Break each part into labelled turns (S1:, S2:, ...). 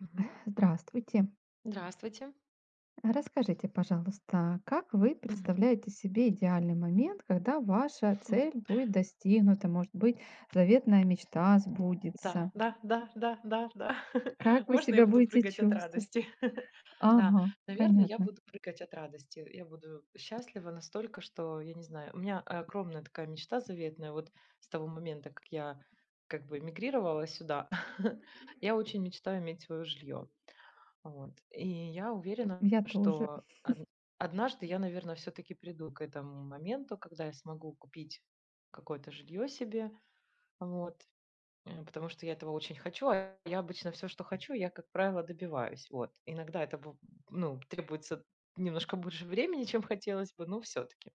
S1: Мгм.
S2: Здравствуйте.
S1: Здравствуйте.
S2: Расскажите, пожалуйста, как вы
S1: Мгм.
S2: представляете себе идеальный момент, когда ваша цель будет достигнута, может быть, заветная мечта
S1: Да,
S2: сбудется?
S1: да, да, да, да, да.
S2: Как вы
S1: Можно я
S2: себя
S1: буду
S2: будете
S1: прыгать от
S2: чувствовать?
S1: радости? Да,
S2: Ага,
S1: наверное, я
S2: понятно.
S1: буду прыгать от радости. Я буду счастлива настолько, что, я не знаю, у меня огромная такая мечта заветная. Вот с того момента, как я как бы эмигрировала сюда, я очень мечтаю иметь свое жилье. Вот. И я уверена,
S2: Я тоже.
S1: что однажды я, наверное, все-таки приду к этому моменту, когда я смогу купить какое-то жилье себе. Вот, потому что я этого очень хочу, а я обычно все, что хочу, я, как правило, добиваюсь. Вот. Иногда это бу ну, требуется немножко больше времени, чем хотелось бы, но все таки.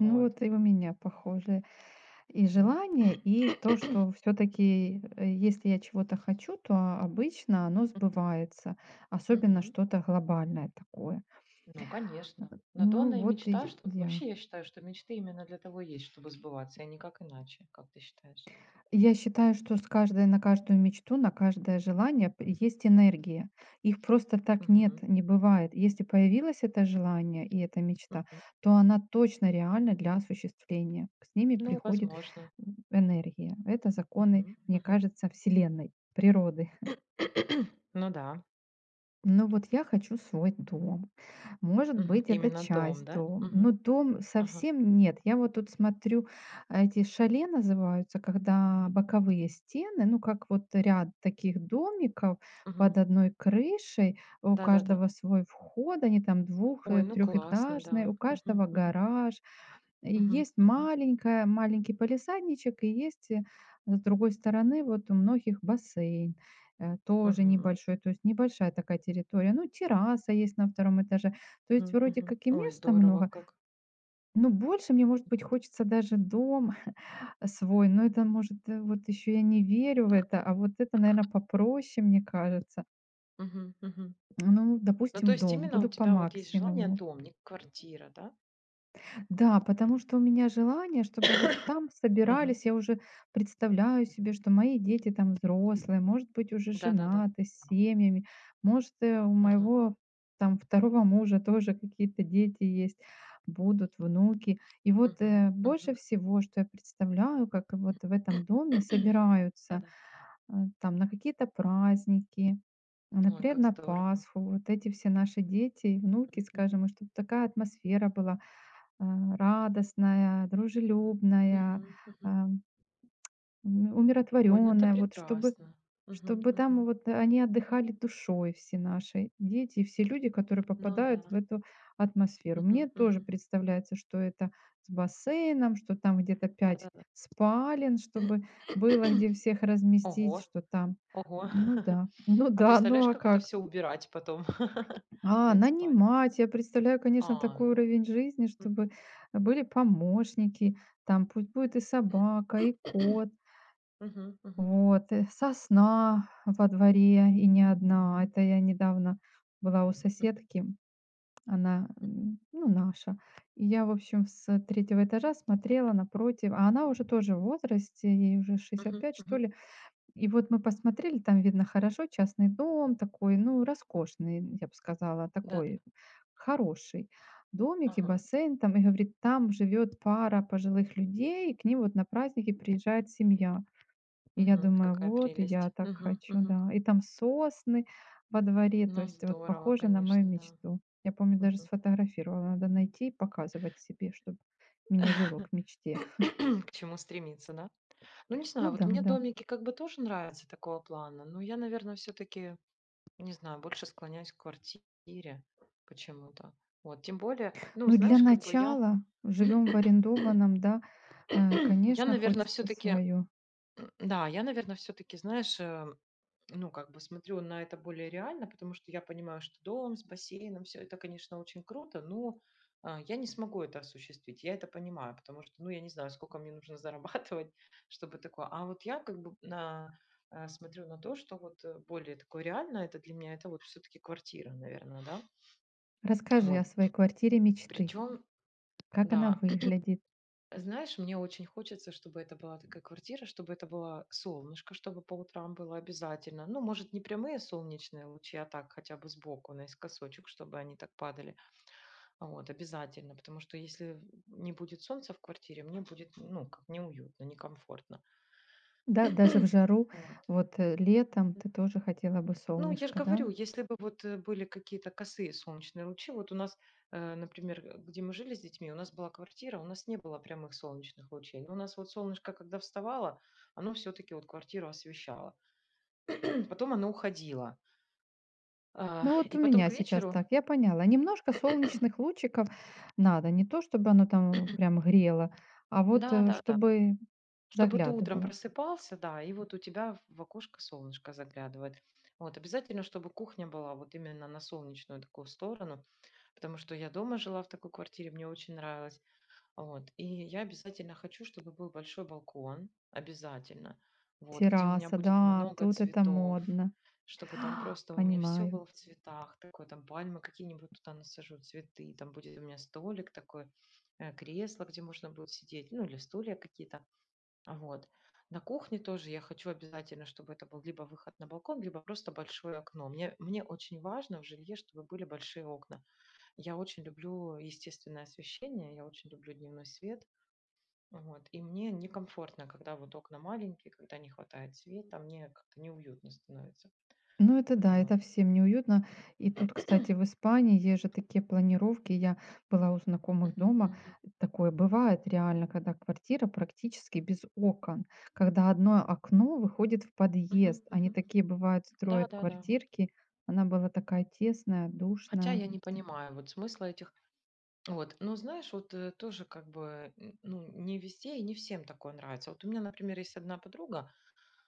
S2: Ну вот и у меня похожее. И
S1: Мгм.
S2: желание, и то, что все-таки, если я чего-то хочу, то обычно оно
S1: Мгм.
S2: сбывается, особенно
S1: Мгм.
S2: что-то глобальное такое.
S1: Ну, конечно. На то
S2: Ну
S1: она и
S2: вот
S1: мечта,
S2: и
S1: что
S2: я.
S1: вообще я считаю, что мечты именно для того и есть, чтобы сбываться, а никак иначе. Как ты считаешь?
S2: Я считаю, что с каждой на каждую мечту, на каждое желание есть энергия. Их просто так нет,
S1: Мгм.
S2: не бывает. Если появилось это желание и эта мечта,
S1: Мгм.
S2: то она точно реальна для осуществления. С ними
S1: Ну,
S2: приходит
S1: возможно.
S2: энергия. Это законы,
S1: Мгм.
S2: мне
S1: Мгм.
S2: кажется, Вселенной, природы.
S1: Ну да.
S2: Ну вот я хочу свой дом. Может
S1: Мгм.
S2: быть, это
S1: Именно дом,
S2: часть
S1: да?
S2: дома. Но
S1: Мгм.
S2: дом
S1: Ага.
S2: совсем нет. Я вот тут смотрю, эти шале называются, когда боковые стены, ну как вот ряд таких домиков
S1: Мгм.
S2: под одной крышей, у
S1: Да-да-да.
S2: каждого свой вход, они там
S1: Ой, ну классно,
S2: трехэтажные,
S1: да.
S2: у
S1: Мгм,
S2: каждого
S1: мгм,
S2: гараж, и
S1: мгм,
S2: есть
S1: мгм,
S2: маленькая маленький палисадничек, и есть, с другой стороны вот у многих бассейн, тоже
S1: мгм,
S2: небольшой, то есть небольшая такая территория. Ну, терраса есть на втором этаже. То есть
S1: мгм,
S2: вроде
S1: мгм.
S2: как и
S1: Ой,
S2: места
S1: здорово
S2: много,
S1: как.
S2: но больше мне, может быть, хочется даже дом свой. Но это, может, вот еще я не верю в это, а вот это, наверное попроще, мне кажется.
S1: Мгм, мгм.
S2: Ну,
S1: Ну, то
S2: допустим,
S1: есть
S2: дом.
S1: именно у
S2: Буду по
S1: тебя вот есть желание
S2: максимуму.
S1: дом, не квартира, да?
S2: Да, потому что у меня желание, чтобы вот там
S1: Мгм.
S2: собирались, я уже представляю себе, что мои дети там взрослые, может быть, уже
S1: Да-да-да.
S2: женаты, с семьями, может, у
S1: Ага.
S2: моего там второго мужа тоже какие-то дети есть, будут внуки. И вот
S1: Мгм,
S2: больше
S1: мгм.
S2: всего, что я представляю, как вот в этом доме собираются
S1: Да-да.
S2: э, там на какие-то праздники,
S1: Ой,
S2: например,
S1: как
S2: на
S1: здорово.
S2: Пасху, вот эти все наши дети и внуки, скажем,
S1: Мгм,
S2: и чтобы такая атмосфера была, радостная, дружелюбная,
S1: мгм, мгм.
S2: а,
S1: Ой, ну это
S2: умиротворенная, вот чтобы,
S1: прекрасно. Мгм,
S2: чтобы там
S1: мгм.
S2: вот они отдыхали душой, все наши дети и все люди, которые
S1: Ну да.
S2: попадают в эту атмосферу.
S1: Мгм,
S2: Мне тоже
S1: мгм.
S2: представляется, что это с бассейном, что там где-то пять
S1: Да-да-да.
S2: спален, чтобы было где всех разместить,
S1: Ого.
S2: что там,
S1: Ого.
S2: ну да, ну
S1: А
S2: да,
S1: представляешь,
S2: ну а
S1: как это
S2: как?
S1: все убирать потом?
S2: А,
S1: 5 спален.
S2: нанимать. Я представляю, конечно,
S1: А,
S2: такой
S1: ну,
S2: уровень жизни, чтобы
S1: мгм.
S2: были помощники, там пусть будет и собака, и кот,
S1: Мгм, мгм,
S2: вот, сосна во дворе, и не одна. Это я недавно была у соседки, она, ну, наша. И я, в общем, с третьего этажа смотрела напротив, а она уже тоже в возрасте, ей уже шестьдесят
S1: мгм,
S2: пять, что
S1: мгм.
S2: ли, и вот мы посмотрели, там видно хорошо, частный дом такой, ну, роскошный, я бы сказала,
S1: Да-да.
S2: такой хороший домик и
S1: Ага.
S2: бассейн там. И говорит, там живет пара пожилых людей, и к ним вот на праздники приезжает семья. И я
S1: Мгм.
S2: думаю,
S1: Какая
S2: вот, и
S1: прелесть.
S2: я так
S1: Мгм,
S2: хочу,
S1: мгм.
S2: да. И там сосны во дворе, то
S1: Ну,
S2: есть вот
S1: здорово,
S2: похоже на мою
S1: конечно, да.
S2: мечту. Я помню, даже
S1: Мгм.
S2: сфотографировала. Надо найти и показывать себе, чтобы меня вело к мечте.
S1: К чему стремиться, да? Ну, не
S2: Ну
S1: знаю, вот
S2: да,
S1: мне
S2: да.
S1: домики как бы тоже нравятся такого плана, но я, наверное, все таки не знаю, больше склоняюсь к квартире почему-то. Вот, тем более, ну,
S2: Ну для
S1: знаешь, как бы я
S2: начала живем в арендованном, да. А,
S1: я,
S2: конечно,
S1: наверное, все
S2: хочется
S1: таки.
S2: свою.
S1: Да, я, наверное, все таки знаешь, ну, как бы смотрю на это более реально, потому что я понимаю, что дом с бассейном, все это, конечно, очень круто, но я не смогу это осуществить. Я это понимаю, потому что, ну, я не знаю, сколько мне нужно зарабатывать, чтобы такое. А вот я как бы смотрю на то, что вот, более такое реально это для меня, это вот все таки квартира, наверное, да.
S2: Расскажи
S1: Вот.
S2: о своей квартире мечты.
S1: Причем,
S2: Как она
S1: да.
S2: выглядит?
S1: Знаешь, мне очень хочется, чтобы это была такая квартира, чтобы это было солнышко, чтобы по утрам было обязательно. Ну, может, не прямые солнечные лучи, а так хотя бы сбоку, наискосочек, чтобы они так падали. А вот, обязательно, потому что если не будет солнца в квартире, мне будет, ну, как неуютно, некомфортно.
S2: Да, даже в жару,
S1: Вот.
S2: вот летом ты тоже хотела бы
S1: Ну, я же
S2: солнышко,
S1: говорю,
S2: да?
S1: если бы вот, были какие-то косые солнечные лучи, вот у нас, например, где мы жили с детьми, у нас была квартира, у нас не было прямых солнечных лучей. Но у нас вот солнышко, когда вставало, оно все-таки вот квартиру освещало. Потом оно уходило. А,
S2: Ну вот
S1: и
S2: у
S1: потом к
S2: меня сейчас
S1: вечеру,
S2: так, я поняла. Немножко солнечных лучиков надо, не то чтобы оно там прям грело, а вот
S1: да, да, да,
S2: чтобы
S1: чтобы ты утром
S2: заглядывало.
S1: просыпался, да, и вот у тебя в окошко солнышко заглядывает. Вот, обязательно, чтобы кухня была вот именно на солнечную такую сторону, потому что я дома жила в такой квартире, мне очень нравилось. Вот. И я обязательно хочу, чтобы был большой балкон, обязательно, вот, где у меня
S2: Терраса,
S1: будет
S2: да,
S1: много
S2: тут это
S1: цветов,
S2: модно,
S1: чтобы там просто у меня все
S2: понимаю.
S1: было в цветах, такое там пальмы какие-нибудь туда насажу, цветы, там будет у меня столик такой, кресло, где можно будет сидеть, ну или стулья какие-то. А вот. На кухне тоже я хочу обязательно, чтобы это был либо выход на балкон, либо просто большое окно. Мне очень важно в жилье, чтобы были большие окна. Я очень люблю естественное освещение, я очень люблю дневной свет. Вот. И мне некомфортно, когда вот окна маленькие, когда не хватает света, мне как-то неуютно становится.
S2: Ну, это да,
S1: Вот.
S2: это всем неуютно. И тут, кстати, в Испании есть же такие планировки. Я была у знакомых
S1: Мгм,
S2: дома.
S1: мгм,
S2: Такое бывает реально, когда квартира практически без окон. Когда одно окно выходит в
S1: мгм,
S2: подъезд. Они
S1: мгм.
S2: такие бывают,
S1: Да,
S2: строят
S1: да, да.
S2: квартирки. Она была такая тесная,
S1: Хотя
S2: душная.
S1: я не понимаю вот смысла этих. Вот. Но знаешь, вот тоже как бы, ну, не везде и не всем такое нравится. Вот у меня, например, есть одна подруга,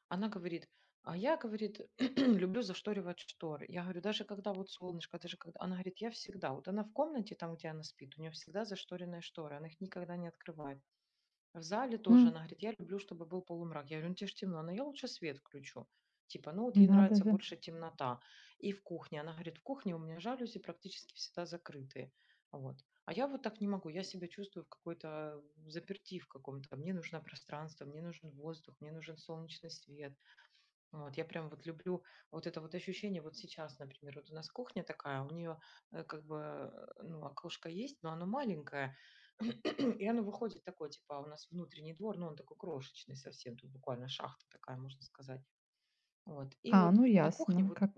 S1: она говорит, а я, говорит, люблю зашторивать шторы. Я говорю, даже когда вот солнышко, даже когда... Она говорит, я всегда, вот она в комнате, там, где она спит, у нее всегда зашторенные шторы, она их никогда не открывает. В зале тоже
S2: М,
S1: она говорит: "Я люблю, чтобы был полумрак". Я говорю: "Ну те ж темно". Она: "Я лучше свет включу". Типа, ну вот ей
S2: Надо
S1: нравится
S2: же.
S1: больше темнота. И в кухне. Она говорит: "В кухне у меня жалюзи практически всегда закрытые". Вот. А я вот так не могу. Я себя чувствую в какой-то, э, в каком-то. Мне нужно пространство, мне нужен воздух, мне нужен солнечный свет. Вот, я прям вот люблю вот это вот ощущение вот сейчас, например, вот у нас кухня такая, у нее как бы, ну, окошко есть, но оно маленькое, и оно выходит такое, типа, у нас внутренний двор, но он такой крошечный совсем, тут буквально шахта такая, можно сказать. Вот. И
S2: А,
S1: вот
S2: ну
S1: на кухне
S2: ясно,
S1: вот
S2: как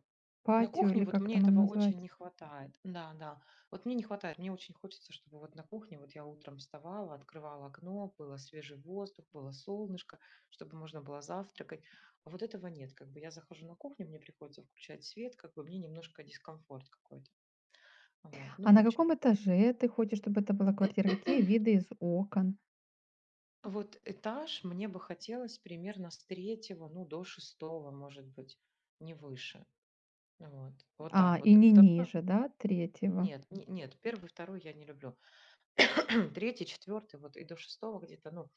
S1: на
S2: патио
S1: кухне
S2: или
S1: вот
S2: как
S1: мне
S2: там она
S1: этого очень
S2: называется.
S1: не хватает. Да, да. Вот мне не хватает. Мне очень хочется, чтобы вот на кухне вот я утром вставала, открывала окно, было свежий воздух, было солнышко, чтобы можно было завтракать. А вот этого нет. Как бы я захожу на кухню, мне приходится включать свет, как бы мне немножко дискомфорт какой-то. Вот. Ну,
S2: А
S1: в
S2: на каком
S1: общем.
S2: этаже ты хочешь, чтобы это была квартира? Какие виды из окон?
S1: Вот этаж мне бы хотелось примерно с третьего, ну, до шестого, может быть, не выше. Вот. Вот
S2: А,
S1: так
S2: и
S1: вот.
S2: не ниже, да, третьего
S1: Нет, нет, первый, второй я не люблю. Третий, четвертый, вот и до шестого где-то, ну.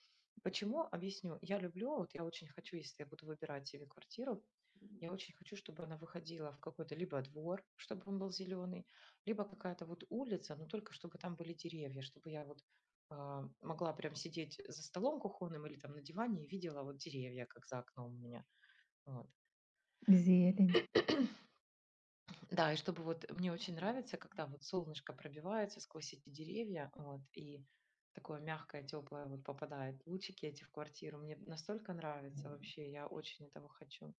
S1: Почему? Объясню. Я люблю, вот я очень хочу, если я буду выбирать себе квартиру, я очень хочу, чтобы она выходила в какой-то либо двор, чтобы он был зеленый, либо какая-то вот улица, но только чтобы там были деревья, чтобы я вот могла прям сидеть за столом кухонным или там на диване и видела вот деревья, как за окном у меня. Вот.
S2: зелень.
S1: Да, и чтобы вот мне очень нравится, когда вот солнышко пробивается сквозь эти деревья, вот, и такое мягкое, теплое вот попадает, лучики эти в квартиру. Мне настолько нравится вообще, я очень этого хочу.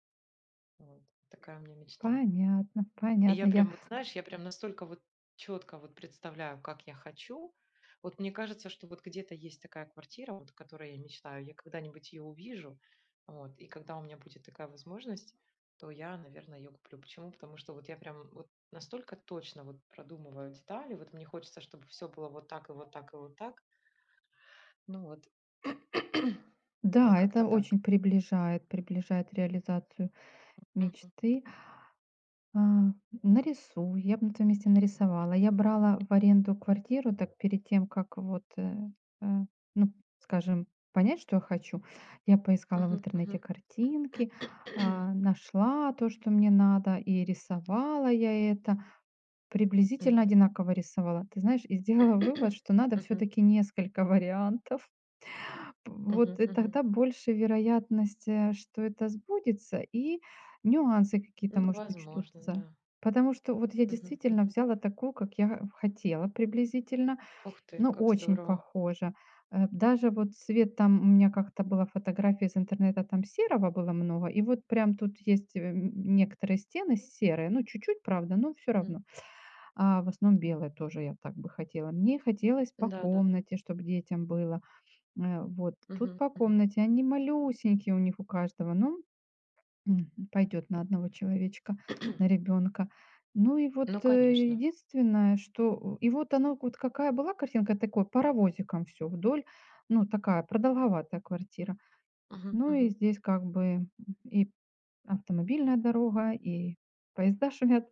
S1: Вот, такая у меня мечта.
S2: Понятно,
S1: И я
S2: понятно. Я
S1: прям, вот знаешь, я прям настолько вот четко вот представляю, как я хочу. Вот мне кажется, что вот где-то есть такая квартира, вот, о которой я мечтаю. Я когда-нибудь ее увижу. Вот, и когда у меня будет такая возможность, то я, наверное, ее куплю. Почему? Потому что вот я прям вот настолько точно вот продумываю детали. Вот мне хочется, чтобы все было вот так и вот так и вот так. Ну вот. Вот
S2: Да, это
S1: как-то так.
S2: очень приближает, приближает реализацию
S1: Мгм.
S2: мечты. А, нарисуй, я бы на твоём месте нарисовала. Я брала в аренду квартиру, так перед тем, как вот, э, ну, скажем, понять, что я хочу, я поискала в
S1: Мгм.
S2: интернете
S1: Мгм.
S2: картинки, нашла то, что мне надо, и рисовала я это. Приблизительно
S1: Мгм.
S2: одинаково рисовала. Ты знаешь, и сделала вывод, что надо все
S1: Мгм.
S2: таки несколько вариантов.
S1: Мгм.
S2: Вот и
S1: Мгм.
S2: тогда больше вероятность, что это сбудется, и нюансы
S1: Ну,
S2: какие-то, может,
S1: возможно,
S2: учтутся.
S1: да.
S2: Потому что вот я
S1: Мгм,
S2: действительно
S1: мгм.
S2: взяла такую, как я хотела приблизительно,
S1: Ух ты,
S2: но
S1: как
S2: очень
S1: здорово.
S2: похоже. Даже вот цвет там у меня как-то была фотография из интернета, там серого было много, и вот прям тут есть, некоторые стены серые, ну чуть-чуть, правда, но все
S1: Мгм.
S2: равно. А, в основном белое тоже я так бы хотела. Мне хотелось по
S1: Да-да.
S2: комнате, чтобы детям было. Вот тут
S1: Мгм,
S2: по
S1: мгм.
S2: комнате. Они малюсенькие у них у каждого. Ну, пойдет на одного человечка, на ребенка. Ну и вот
S1: Ну, конечно.
S2: единственное, что... И вот она вот какая была картинка, такой паровозиком все вдоль. Ну, такая продолговатая квартира.
S1: Мгм,
S2: Ну и
S1: мгм,
S2: здесь как бы и автомобильная дорога, и поезда шумят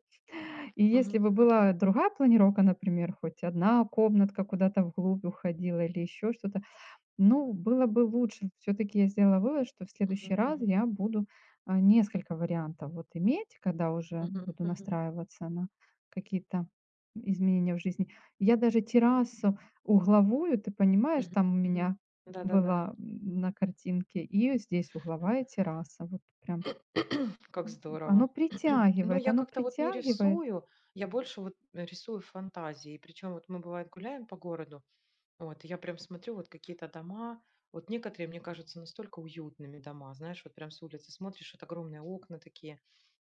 S2: и если
S1: мгм,
S2: бы
S1: мгм,
S2: была другая планировка, например, хоть одна комнатка куда-то вглубь уходила или еще что-то, ну, было бы лучше. Все таки я сделала вывод, что в следующий
S1: мгм,
S2: раз
S1: мгм,
S2: я буду, несколько вариантов вот иметь, когда уже
S1: мгм,
S2: буду
S1: мгм,
S2: настраиваться на какие-то изменения в жизни. Я даже террасу угловую, ты понимаешь,
S1: мгм,
S2: там у
S1: мгм.
S2: меня
S1: Да-да-да.
S2: была на картинке, и здесь угловая терраса. Вот прям
S1: Как
S2: оно
S1: здорово. Ну,
S2: притягивает,
S1: я
S2: оно
S1: как-то вот не
S2: притягивает.
S1: рисую, я больше вот рисую фантазии. Причем вот мы, бывает, гуляем по городу. Вот, и я прям смотрю, вот какие-то дома, вот некоторые, мне кажутся настолько уютными дома, знаешь, вот прям с улицы смотришь, вот огромные окна такие,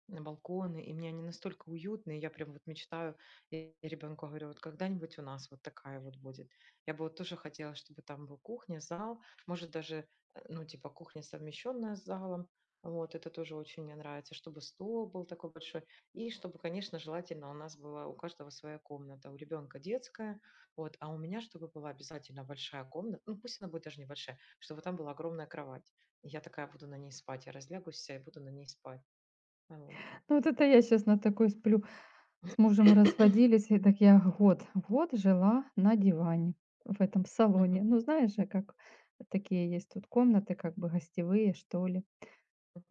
S1: на балконы, и мне они настолько уютные, я прям вот мечтаю, и ребенку говорю, вот когда-нибудь у нас вот такая вот будет. Я бы вот тоже хотела, чтобы там был кухня, зал, может даже, ну, типа кухня совмещенная с залом, вот, это тоже очень мне нравится, чтобы стол был такой большой, и чтобы, конечно, желательно у нас была у каждого своя комната, у ребенка детская, вот, а у меня чтобы была обязательно большая комната, ну пусть она будет даже небольшая, чтобы там была огромная кровать. И я такая буду на ней спать, я разлягусь вся и буду на ней спать. А, вот.
S2: Ну, вот это я сейчас на такой сплю. С мужем разводились, и так я год жила на диване в этом салоне.
S1: Мгм,
S2: Ну, знаешь же, как такие есть тут комнаты, как бы гостевые, что ли.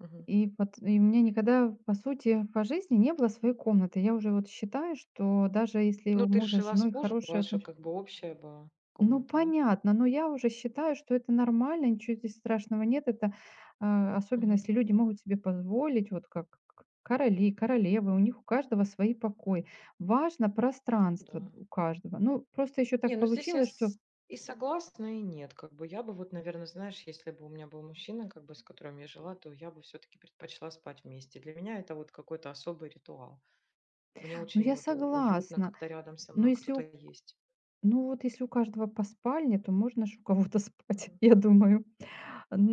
S1: мгм.
S2: И вот и у меня никогда, по сути, по жизни не было своей комнаты. Я уже вот считаю, что даже если
S1: Ну,
S2: у
S1: ты ж
S2: мужа с
S1: жила с
S2: женой
S1: мужем,
S2: хорошие
S1: ваша
S2: отношения,
S1: как бы общая была
S2: ну,
S1: комната, да?
S2: понятно, но я уже считаю, что это нормально, ничего здесь страшного нет. Это, а, особенно
S1: Мгм,
S2: если люди
S1: м,
S2: могут себе позволить, вот как короли, королевы, у них у каждого свои покои. Важно пространство
S1: да.
S2: у каждого. Ну, просто еще
S1: Не,
S2: так
S1: ну здесь я
S2: получилось, что,
S1: и согласна, и нет. Как бы я бы вот, наверное, знаешь, если бы у меня был мужчина, как бы с которым я жила, то я бы все-таки предпочла спать вместе. Для меня это вот какой-то особый ритуал. Мне
S2: ну,
S1: очень
S2: я
S1: вот уютно,
S2: согласна,
S1: когда рядом со
S2: но
S1: мной
S2: если
S1: кто-то
S2: у,
S1: есть.
S2: ну, вот если у каждого по спальне, то можно же у кого-то спать,
S1: Мгм.
S2: я думаю.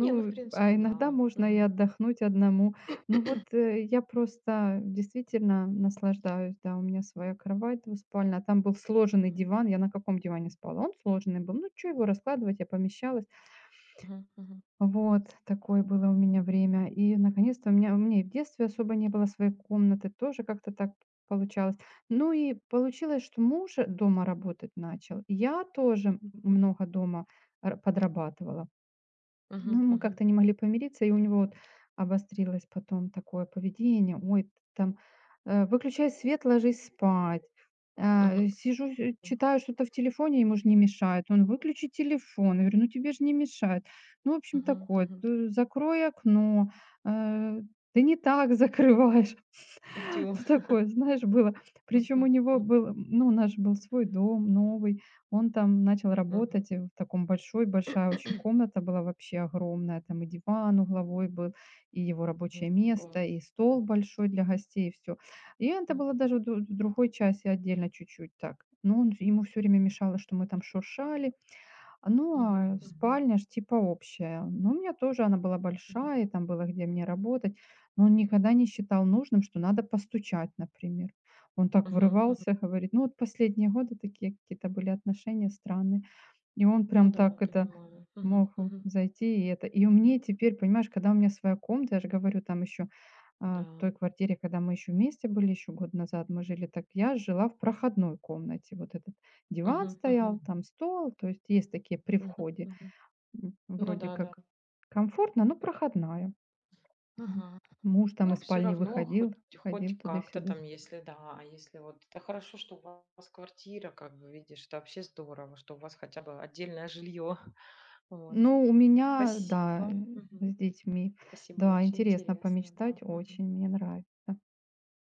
S1: Не, ну, в принципе,
S2: а иногда
S1: да.
S2: можно и
S1: Мгм.
S2: отдохнуть одному. Ну вот, я просто действительно наслаждаюсь, да, у меня своя кровать двуспальная, а там был сложенный
S1: Мгм.
S2: диван. Я на каком диване спала? Он сложенный был. Ну, что его раскладывать, я помещалась.
S1: Мгм. Мгм.
S2: Вот такое было у меня время. И наконец-то у меня и в детстве особо не было своей комнаты, тоже как-то так получалось. Ну и получилось, что муж дома работать начал, я тоже много дома р подрабатывала. Ну,
S1: Мгм.
S2: мы
S1: Мгм.
S2: как-то не могли помириться, и у него вот обострилось потом такое поведение. Ой, т там, выключай свет, ложись спать.
S1: Мгм. Мгм.
S2: Сижу, читаю что-то в телефоне, ему же не мешает. Он: «Выключи телефон». Я говорю: «Ну, тебе же не мешает». Ну, в общем,
S1: Мгм.
S2: такое.
S1: Мгм.
S2: Т «Закрой окно». Э, «Ты не так закрываешь».
S1: Тю.
S2: Ну, такое, знаешь, было. Причем у
S1: Мгм.
S2: него был, ну, у нас же был свой дом, новый. Он там начал
S1: Мгм.
S2: работать, в таком большой большая очень комната была вообще огромная, там и диван угловой был, и его рабочее
S1: Мгм.
S2: место,
S1: Класс.
S2: и стол большой для гостей, и всё. И это
S1: Мгм.
S2: было даже в другой части отдельно чуть-чуть так. Но он ему все время мешало, что мы там шуршали, ну,
S1: Мгм.
S2: а
S1: Мгм.
S2: спальня ж типа общая. Но у меня тоже она была
S1: Мгм.
S2: большая, и там было где мне работать. Но он никогда не считал нужным, что надо постучать, например. Он так
S1: Мгм. Мгм.
S2: врывался, говорит, ну вот последние годы такие какие-то были отношения странные. И он
S1: Ну
S2: прям
S1: да,
S2: так это
S1: понимаю. Мгм.
S2: мог вот
S1: Мгм.
S2: зайти и это. И у меня теперь, понимаешь, когда у меня своя комната, я же говорю, там еще в
S1: Да.
S2: той квартире, когда мы еще вместе были, еще год назад мы жили, так я жила в проходной комнате. Вот этот диван
S1: Мгм. Мгм.
S2: стоял, там стол, то есть есть такие при
S1: Мгм.
S2: входе.
S1: Мгм. Ну
S2: Вроде
S1: да, да.
S2: как комфортно, но проходная. Мгм.
S1: Ага.
S2: Муж там
S1: Ну,
S2: из
S1: все
S2: спальни
S1: равно
S2: выходил,
S1: хоть
S2: ходил
S1: хоть как-то
S2: туда-сюда.
S1: там, если да, а если вот это хорошо, что у вас квартира, как бы, видишь, это вообще здорово, что у вас хотя бы отдельное жилье. Вот.
S2: Ну, у меня, да,
S1: Спасибо. Мгм.
S2: с детьми.
S1: Спасибо,
S2: Да,
S1: очень
S2: интересно
S1: интересно,
S2: помечтать
S1: да. Мгм.
S2: очень, мне нравится.